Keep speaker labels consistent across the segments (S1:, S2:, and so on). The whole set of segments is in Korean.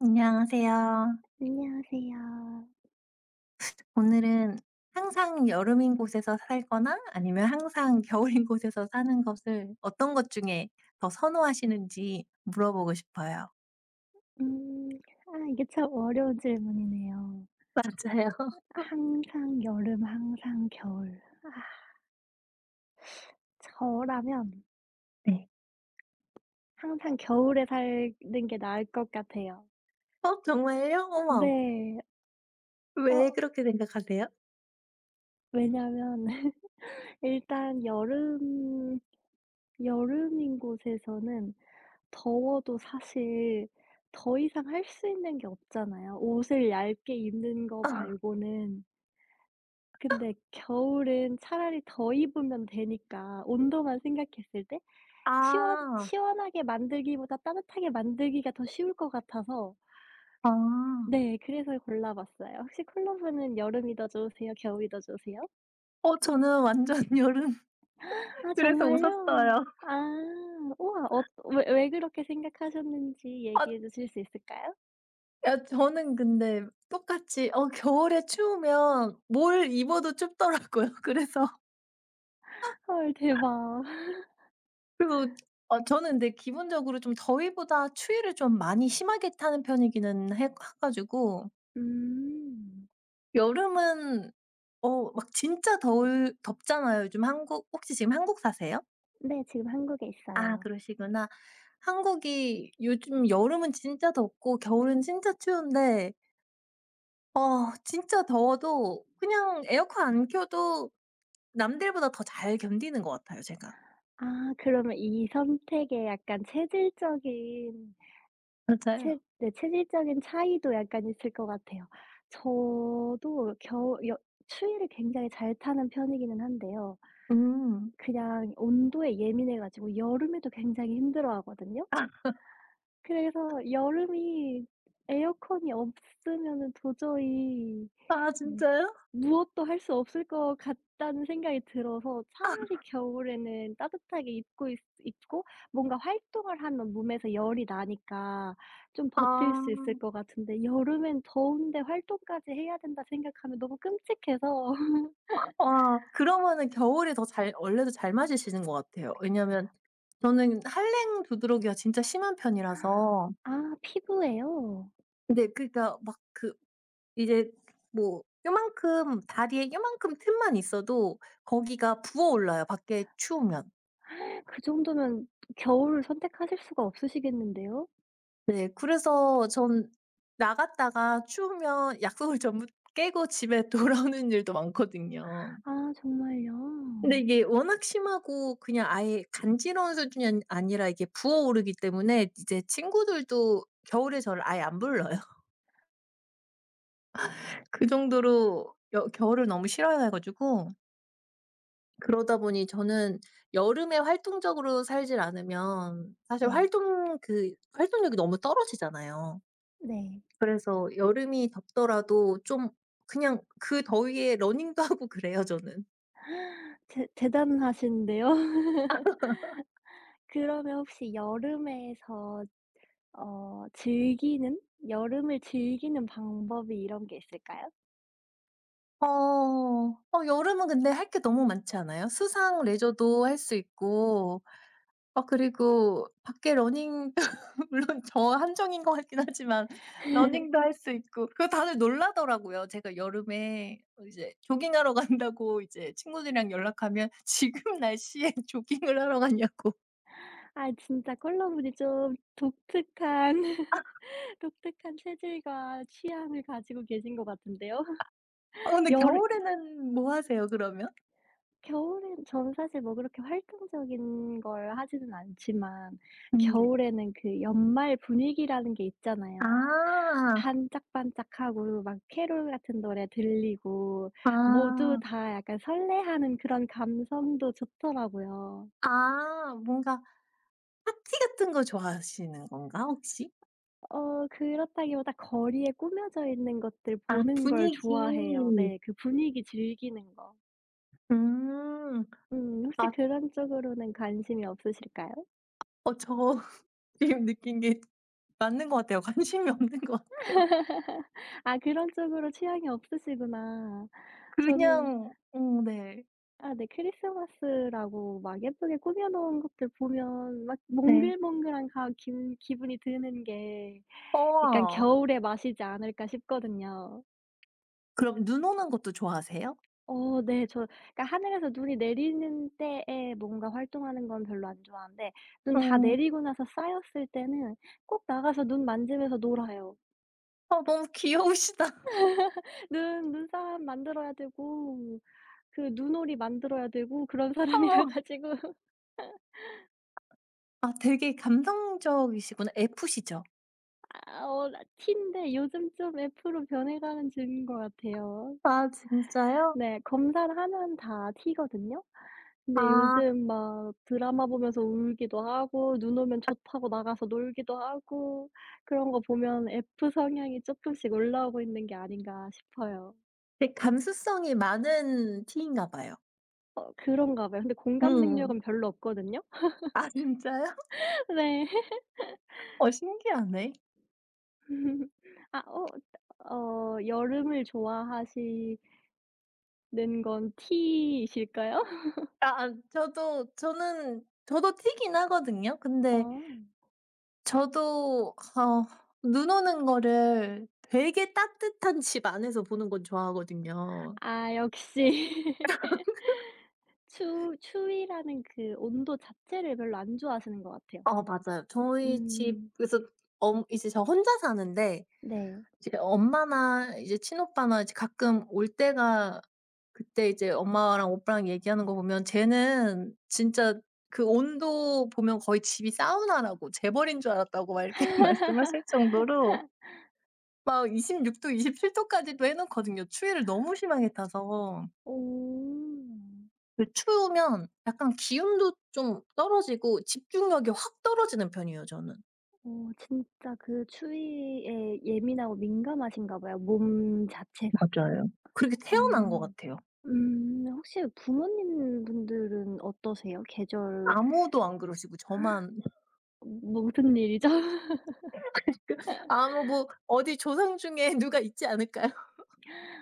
S1: 안녕하세요.
S2: 안녕하세요.
S1: 오늘은 항상 여름인 곳에서 살거나 아니면 항상 겨울인 곳에서 사는 것을 어떤 것 중에 더 선호하시는지 물어보고 싶어요.
S2: 음. 아 이게 참 어려운 질문이네요.
S1: 맞아요.
S2: 항상 여름, 항상 겨울. 아 저라면
S1: 네.
S2: 항상 겨울에 사는 게 나을 것 같아요.
S1: 정말요? 어머.
S2: 네.
S1: 왜
S2: 어
S1: 그렇게 생각하세요?
S2: 왜냐면 일단 여름인 곳에서는 더워도 사실 더 이상 할 수 있는 게 없잖아요. 옷을 얇게 입는 거 말고는. 근데 겨울은 차라리 더 입으면 되니까 온도만 생각했을 때 시원
S1: 아.
S2: 시원하게 만들기보다 따뜻하게 만들기가 더 쉬울 것 같아서
S1: 아.
S2: 네 그래서 골라봤어요. 혹시 콜라보는 여름이 더 좋으세요? 겨울이 더 좋으세요?
S1: 저는 완전 여름
S2: 아
S1: 그래서
S2: 정말요?
S1: 웃었어요.
S2: 아 우와. 왜 그렇게 생각하셨는지
S1: 아
S2: 얘기해 주실 수 있을까요?
S1: 야 저는 근데 똑같이 겨울에 추우면 뭘 입어도 춥더라고요. 그래서
S2: 헐 대박.
S1: 그리고 저는 근데 기본적으로 좀 더위보다 추위를 좀 많이 심하게 타는 편이기는 해 가지고
S2: 음.
S1: 여름은 진짜 더울 덥잖아요. 요즘 한국 혹시 지금 한국 사세요?
S2: 네 지금 한국에
S1: 아
S2: 있어요.
S1: 그러시구나. 한국이 요즘 여름은 진짜 덥고 겨울은 진짜 추운데 진짜 더워도 그냥 에어컨 안 켜도 남들보다 더 잘 견디는 것 같아요 제가.
S2: 아 그러면 이 선택에 약간 체질적인
S1: 맞아요.
S2: 체 네 체질적인 차이도 약간 있을 것 같아요. 저도 겨우 여 추위를 굉장히 잘 타는 편이기는 한데요.
S1: 음.
S2: 그냥 온도에 예민해 가지고 여름에도 굉장히 힘들어하거든요. 그래서 여름이 에어컨이 없으면은 도저히
S1: 아 진짜요?
S2: 무엇도 할 수 없을 것 같다는 생각이 들어서 차라리 겨울에는 따뜻하게 입고 뭔가 활동을 하면 몸에서 열이 나니까 좀 버틸
S1: 아.
S2: 수 있을 것 같은데 여름엔 더운데 활동까지 해야 된다 생각하면 너무 끔찍해서
S1: 와 그러면은 겨울에 더 잘 원래도 잘 마시시는 것 같아요. 왜냐면 저는 한랭 두드러기가 진짜 심한 편이라서
S2: 아 피부예요.
S1: 근데 그니까 막 그 이제 뭐 요만큼 다리에 요만큼 틈만 있어도 거기가 부어올라요, 밖에 추우면.
S2: 그 정도면 겨울을 선택하실 수가 없으시겠는데요?
S1: 네 그래서 전 나갔다가 추우면 약속을 전부 깨고 집에 돌아오는 일도 많거든요.
S2: 아
S1: 근데
S2: 정말요?
S1: 이게 워낙 심하고 그냥 아예 간지러운 수준이 아니 아니라 이게 부어오르기 때문에 이제 친구들도 겨울에 저를 아예 안 불러요. 그 정도로 여 겨울을 너무 싫어해 가지고 그러다 보니 저는 여름에 활동적으로 살질 않으면 사실
S2: 네.
S1: 활동력이 너무 떨어지잖아요.
S2: 네.
S1: 그래서 여름이 덥더라도 좀 그냥 그 더위에 러닝도 하고 그래요 저는.
S2: 대 대단하신데요. 그러면 혹시 여름에서 어 즐기는 여름을 즐기는 방법이 이런 게 있을까요?
S1: 어. 여름은 근데 할 게 너무 많지 않아요? 수상 레저도 할 수 있고 그리고 밖에 러닝 물론 저 한정인 것 같긴 하지만 러닝도 할 수 있고 그거 다들 놀라더라고요. 제가 여름에 이제 조깅하러 간다고 이제 친구들이랑 연락하면 "지금 날씨에 조깅을 하러 갔냐고.
S2: 아 진짜 컬러분이 좀 독특한 독특한 체질과 취향을 가지고 계신 것 같은데요.
S1: 근데
S2: 여름
S1: 겨울에는 뭐 하세요 그러면?
S2: 겨울엔 저는 사실 뭐 그렇게 활동적인 걸 하지는 않지만
S1: 네.
S2: 겨울에는 그 연말 분위기라는 게 있잖아요.
S1: 아.
S2: 반짝반짝하고 막 캐롤 같은 노래 들리고 모두
S1: 아.
S2: 다 약간 설레하는 그런 감성도 좋더라고요.
S1: 아. 뭔가 파티 같은 거 좋아하시는 건가 혹시?
S2: 그렇다기보다 거리에 꾸며져 있는 것들
S1: 아
S2: 보는 걸 좋아해요.
S1: 분위기.
S2: 네. 그 분위기 즐기는 거.
S1: 음.
S2: 혹시
S1: 아
S2: 그런 쪽으로는 관심이 없으실까요?
S1: 저 지금 느낀 게 맞는 것 같아요. 관심이 없는 것 같아요.
S2: 아 그런 쪽으로 취향이 없으시구나. 저는
S1: 그냥 네.
S2: 아 네 크리스마스라고 막 예쁘게 꾸며 놓은 것들 보면 막
S1: 네.
S2: 몽글몽글한 가 기 기분이 드는 게 약간
S1: 어
S2: '겨울의 맛이지 않을까?' 싶거든요.
S1: 그럼 눈 오는 것도 좋아하세요?
S2: 어 네. 그러니까 하늘에서 눈이 내리는 때에 뭔가 활동하는 건 별로 안 좋아하는데 눈 다
S1: 음.
S2: 내리고 나서 쌓였을 때는 꼭 나가서 눈 만지면서 놀아요.
S1: 아 너무 귀여우시다.
S2: 눈 눈사람 만들어야 되고 그 눈오리 만들어야 되고 그런 사람이라
S1: 어머.
S2: 가지고
S1: 아 되게 감성적이시구나. F시죠?
S2: 나 T인데 요즘 좀 F로 변해가는 중인 것 같아요.
S1: 아 진짜요?
S2: 네. 검사를 하면 다 T거든요. 근데
S1: 아
S2: 요즘 막 드라마 보면서 울기도 하고 눈 오면 좋다고 나가서 놀기도 하고 그런 거 보면 F 성향이 쪼끔씩 올라오고 있는 게 아닌가 싶어요.
S1: 되게 감수성이 많은 T인가 봐요.
S2: 어 그런가 봐요. 근데 공감
S1: 음.
S2: 능력은 별로 없거든요.
S1: 아 진짜요?
S2: 네.
S1: 어 신기하네.
S2: 아 어 여름을 좋아하시는 건 T이실까요?
S1: 저도 저는 저도 튀긴 하거든요. 근데
S2: 어.
S1: 저도 눈 오는 거를 되게 따뜻한 집 안에서 보는 건 좋아하거든요.
S2: 아 역시. 추 추위라는 그 온도 자체를 별로 안 좋아하시는 것 같아요.
S1: 어 맞아요. 저희
S2: 음.
S1: 집에서 엄 이제 저 혼자 사는데
S2: 네.
S1: 이제 엄마나 이제 친오빠나 이제 가끔 올 때가 그때 이제 엄마랑 오빠랑 얘기하는 거 보면 쟤는 진짜 그 온도 보면 거의 집이 사우나라고 재벌인 줄 알았다고 막 이렇게 말씀하실 정도로 막 26도 27 도까지도 해 놓거든요, 추위를 너무 심하게 타서.
S2: 오.
S1: 그 추우면 약간 기운도 좀 떨어지고 집중력이 확 떨어지는 편이에요, 저는.
S2: 어 진짜 그 추위에 예민하고 민감하신가 봐요, 몸 자체가.
S1: 맞아요. 그렇게 태어난 것
S2: 음.
S1: 같아요.
S2: 음. 혹시 부모님 분들은 어떠세요? 계절
S1: 아무도 안 그러시고 저만
S2: 뭐 무슨 일이죠?
S1: 그러니까 아무 뭐 어디 조상 중에 누가 있지 않을까요?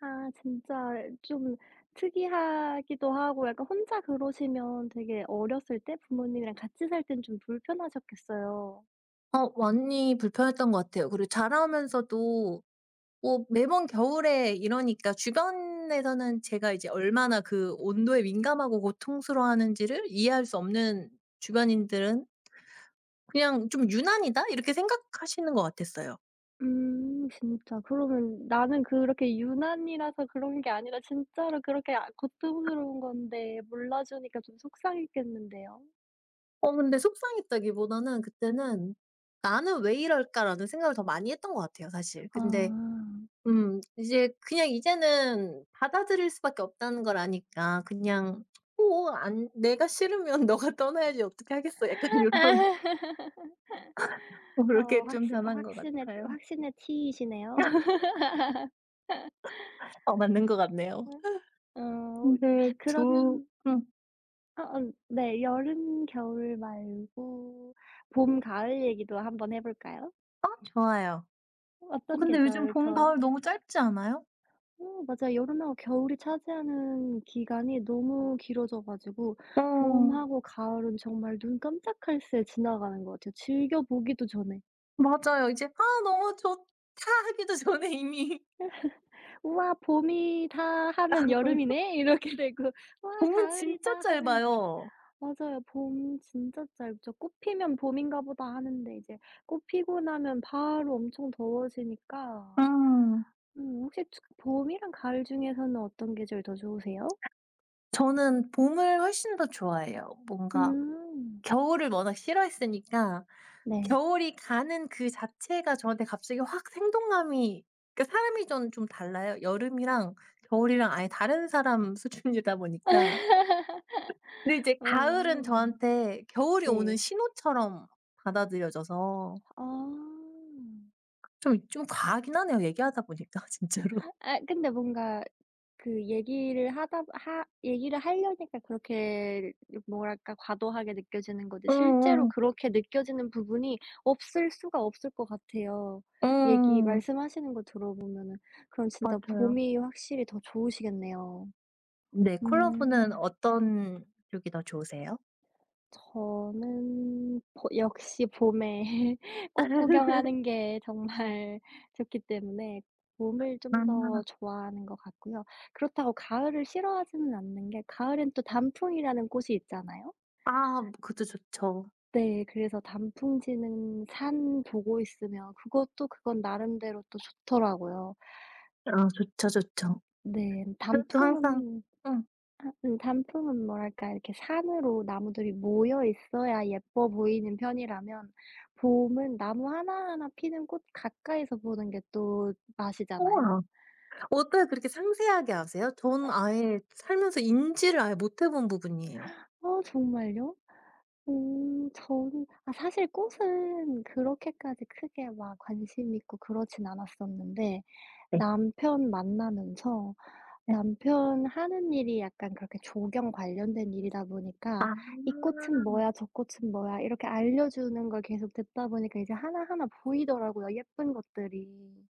S2: 아 진짜 좀 특이하기도 하고 약간 혼자 그러시면 되게 어렸을 때 부모님이랑 같이 살 땐 좀 불편하셨겠어요.
S1: 어 많이 불편했던 것 같아요. 그리고 자라면서도 뭐 매번 겨울에 이러니까 주변에서는 제가 이제 얼마나 그 온도에 민감하고 고통스러워하는지를 이해할 수 없는 주변인들은 그냥 '좀 유난이다.' 이렇게 생각하시는 것 같았어요.
S2: 진짜 그러면 나는 그렇게 유난이라서 그런 게 아니라 진짜로 그렇게 아 고통스러운 건데 몰라 주니까 좀 속상했겠는데요.
S1: 어 근데 속상했다기보다는 그때는 '나는 왜 이럴까.'라는 생각을 더 많이 했던 것 같아요 사실.
S2: 아.
S1: 근데 이제 그냥 이제는 받아들일 수밖에 없다는 걸 아니까 그냥 '뭐 안 내가 싫으면 너가 떠나야지 어떻게 하겠어.' 약간 요런 그렇
S2: 어
S1: 게 좀
S2: 확신
S1: 변한 것
S2: 확신의
S1: 같아요.
S2: 확신의 T이시네요.
S1: 어 맞는 것 같네요.
S2: 어
S1: 근데 두..
S2: 그러면
S1: 응,
S2: 어어 네. 여름, 겨울 말고 봄, 가을 얘기도 한번 해 볼까요?
S1: 좋아요. 어
S2: 어떤
S1: 근데 요즘
S2: 계절
S1: 봄,
S2: 더
S1: 가을 너무 짧지 않아요?
S2: 어 맞아요. 여름하고 겨울이 차지하는 기간이 너무 길어져 가지고
S1: 어
S2: 봄하고 가을은 정말 눈 깜짝할 새 지나가는 것 같아요. 즐겨 보기도 전에
S1: 맞아요. 이제 '아 너무 좋다.' 하기도 전에 이미
S2: '우와 봄이다.' 하면 여름이네 이렇게 되고 '우와
S1: 봄은 진짜
S2: 가을이다.' 하면
S1: 짧아요.
S2: 맞아요. 봄 진짜 짧죠. 꽃 피면 '봄인가 보다.' 하는데 이제 꽃 피고 나면 바로 엄청 더워지니까
S1: 음.
S2: 혹시 추 봄이랑 가을 중에서는 어떤 계절 더 좋으세요?
S1: 저는 봄을 훨씬 더 좋아해요. 뭔가
S2: 음.
S1: 겨울을 워낙 싫어했으니까
S2: 네.
S1: 겨울이 가는 그 자체가 저한테 갑자기 확 생동감이 그러니까 사람이 저는 좀 달라요. 여름이랑 겨울이랑 아예 다른 사람 수준이다 보니까. 근데 이제 가을은
S2: 어.
S1: 저한테 겨울이 오는
S2: 네.
S1: 신호처럼 받아들여져서
S2: 아.
S1: 좀 과하긴 하네요, 얘기하다 보니까 진짜로.
S2: 아 근데 뭔가 그 얘기를 하다 하 얘기를 하려니까 그렇게 뭐랄까 과도하게 느껴지는 거지 실제로
S1: 음음.
S2: 그렇게 느껴지는 부분이 없을 수가 없을 것 같아요. 얘기
S1: 음.
S2: 말씀하시는 거 들어보면은 그럼 진짜
S1: 맞아요.
S2: 봄이 확실히 더 좋으시겠네요.
S1: 네. 콜라보는
S2: 음.
S1: 어떤 쪽이 더 좋으세요?
S2: 저는 보 역시 봄에 꽃 구경하는 게 정말 좋기 때문에 봄을 좀 더
S1: 아.
S2: 좋아하는 것 같고요. 그렇다고 가을을 싫어하지는 않는 게 가을엔 또 단풍이라는 꽃이 있잖아요.
S1: 아 그것도 좋죠.
S2: 네. 그래서 단풍 지는 산 보고 있으면 그것도 그건 나름대로 또 좋더라고요.
S1: 아 좋죠, 좋죠.
S2: 네.
S1: 그것도 항상
S2: 단풍은
S1: 응
S2: 단풍은 뭐랄까 이렇게 산으로 나무들이 모여 있어야 예뻐 보이는 편이라면 봄은 나무 하나하나 피는 꽃 가까이서 보는 게 또
S1: 우와.
S2: 맛이잖아요.
S1: 어떻게 그렇게 상세하게 아세요? 전 아예 살면서 인지를 아예 못해본 부분이에요.
S2: 어 정말요? 저는 사실 꽃은 그렇게까지 크게 막 관심 있고 그러진 않았었는데
S1: 네.
S2: 남편 만나면서
S1: 네.
S2: 남편 하는 일이 약간 그렇게 조경 관련된 일이다 보니까
S1: 아.
S2: "이 꽃은 뭐야. 저 꽃은 뭐야." 이렇게 알려주는 걸 계속 듣다 보니까 이제 하나하나 보이더라고요, 예쁜 것들이.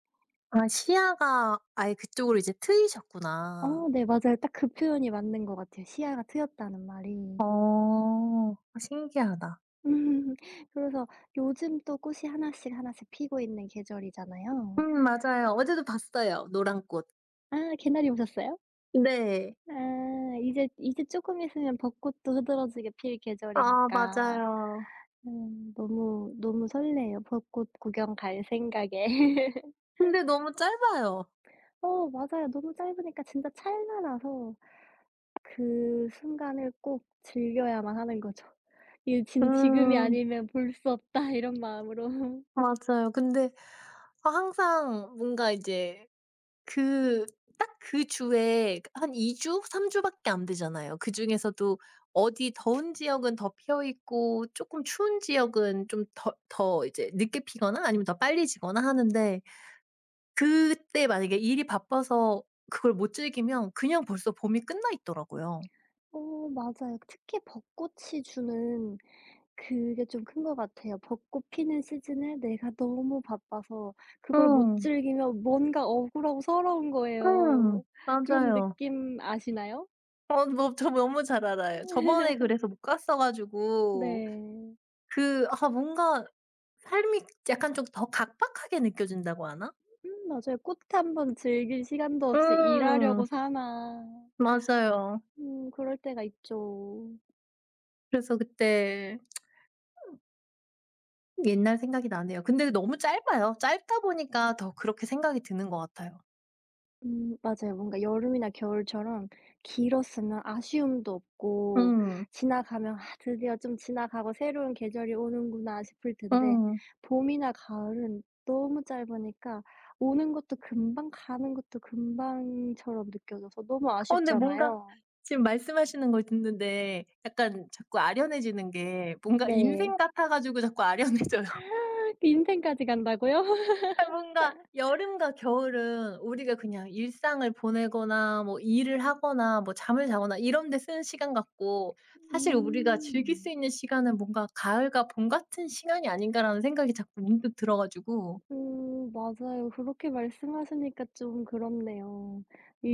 S1: 아 시야가 아예 그쪽으로 이제 트이셨구나.
S2: 어 네 맞아요. 딱 그 표현이 맞는 것 같아요, 시야가 트였다는 말이.
S1: 어. 신기하다.
S2: 음, 그래서 요즘 또 꽃이 하나씩 하나씩 피고 있는 계절이잖아요.
S1: 맞아요. 어제도 봤어요, 노란 꽃.
S2: 아 개나리 오셨어요.
S1: 네.
S2: 아 이제 조금 있으면 벚꽃도 흐드러지게 필
S1: 아
S2: 계절이니까.
S1: 맞아요.
S2: 너무, 너무 설레요. 벚꽃 구경 갈 생각에.
S1: 근데 너무 짧아요.
S2: 어 맞아요. 너무 짧으니까 진짜 찰나라서 그 순간을 꼭 즐겨야만 하는 거죠. 이게 '진 지금이
S1: 음
S2: 아니면 볼 수 없다.' 이런 마음으로.
S1: 맞아요. 근데 아 항상 뭔가 이제 그 딱 그 주에 한 2주, 3 주밖에 안 되잖아요. 그중에서도 어디 더운 지역은 더 피어 있고 쪼끔 추운 지역은 좀 더 이제 늦게 피거나 아니면 더 빨리 지거나 하는데 그때 만약에 일이 바빠서 그걸 못 즐기면 그냥 벌써 봄이 끝나 있더라고요.
S2: 어 맞아요. 특히 벚꽃이 주는 그게 좀 큰 것 같아요. 벚꽃 피는 시즌에 내가 너무 바빠서 그걸 못
S1: 응,
S2: 즐기면 뭔가 억울하고 서러운
S1: 응,
S2: 거예요. 그런
S1: 맞아요.
S2: 느낌 아시나요?
S1: 어 뭐 저 너무 잘 알아요. 저번에 그래서 못 갔어 가지고
S2: 네.
S1: 그 아 뭔가 삶이 약간 좀 더 각박하게 느껴진다고 하나?
S2: 맞아요. 꽃 한번 즐길 시간도 없이
S1: 음.
S2: 일하려고 사나.
S1: 맞아요.
S2: 그럴 때가 있죠.
S1: 그래서 그때 옛날 생각이 나네요. 근데 너무 짧아요. 짧다 보니까 더 그렇게 생각이 드는 것 같아요.
S2: 맞아요. 뭔가 여름이나 겨울처럼 길었으면 아쉬움도 없고
S1: 음.
S2: 지나가면 '아 드디어 좀 지나가고 새로운 계절이 오는구나.' 싶을 텐데
S1: 음.
S2: 봄이나 가을은 너무 짧으니까 오는 것도 금방 가는 것도 금방처럼 느껴져서 너무
S1: 어 근데 뭔가
S2: 아쉽잖아요.
S1: 지금 말씀하시는 걸 듣는데 약간 자꾸 아련해지는 게 뭔가
S2: 네.
S1: 인생 같아 가지고 자꾸 아련해져요.
S2: 인생까지 간다고요?
S1: 아 뭔가 여름과 겨울은 우리가 그냥 일상을 보내거나 뭐 일을 하거나 뭐 잠을 자거나 이런 데 쓰는 시간 같고 사실 우리가 즐길 수
S2: 음.
S1: 있는 시간은 뭔가 '가을과 봄 같은 시간이 아닌가.'라는 생각이 자꾸 문득 들어 가지고
S2: 맞아요. 그렇게 말씀하시니까 좀 그렇네요.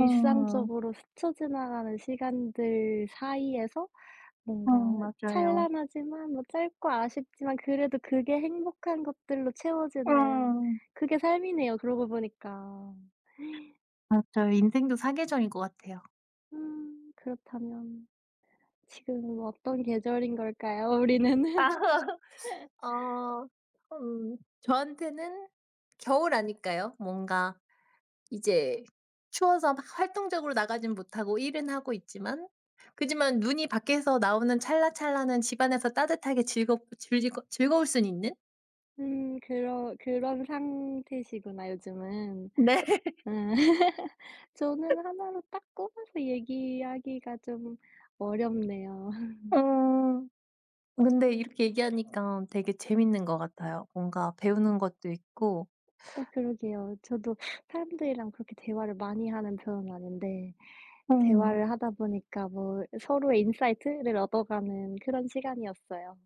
S1: 음
S2: 스쳐 지나가는 시간들 사이에서 뭔가
S1: 맞아요.
S2: 찬란하지만 뭐 짧고 아쉽지만 그래도 그게 행복한 것들로 채워지는
S1: 음.
S2: 그게 삶이네요 그러고 보니까.
S1: 맞아요. 인생도 사계절인 것 같아요.
S2: 그렇다면 지금 뭐 어떤 계절인 걸까요 우리는?
S1: 어 음 저한테는 겨울 아닐까요? 뭔가 이제 추워서 막 활동적으로 나가진 못하고 일은 하고 있지만 그지만 눈이 밖에서 나오는 찰나찰나는 집 안에서 따뜻하게 즐겁 즐거 즐거울 순 있는?
S2: 그러 그런 상태시구나 요즘은.
S1: 네.
S2: 음. 저는 하나로 딱 꼽아서 얘기하기가 좀 어렵네요.
S1: 어. 근데 이렇게 얘기하니까 되게 재밌는 것 같아요. 뭔가 배우는 것도 있고
S2: 어 그러게요. 저도 사람들이랑 그렇게 대화를 많이 하는 편은 아닌데
S1: 음.
S2: 대화를 하다 보니까 뭐 서로의 인사이트를 얻어가는 그런 시간이었어요.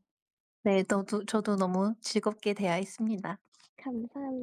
S1: 네. 너도 저도 너무 즐겁게 대화했습니다.
S2: 감사합니다.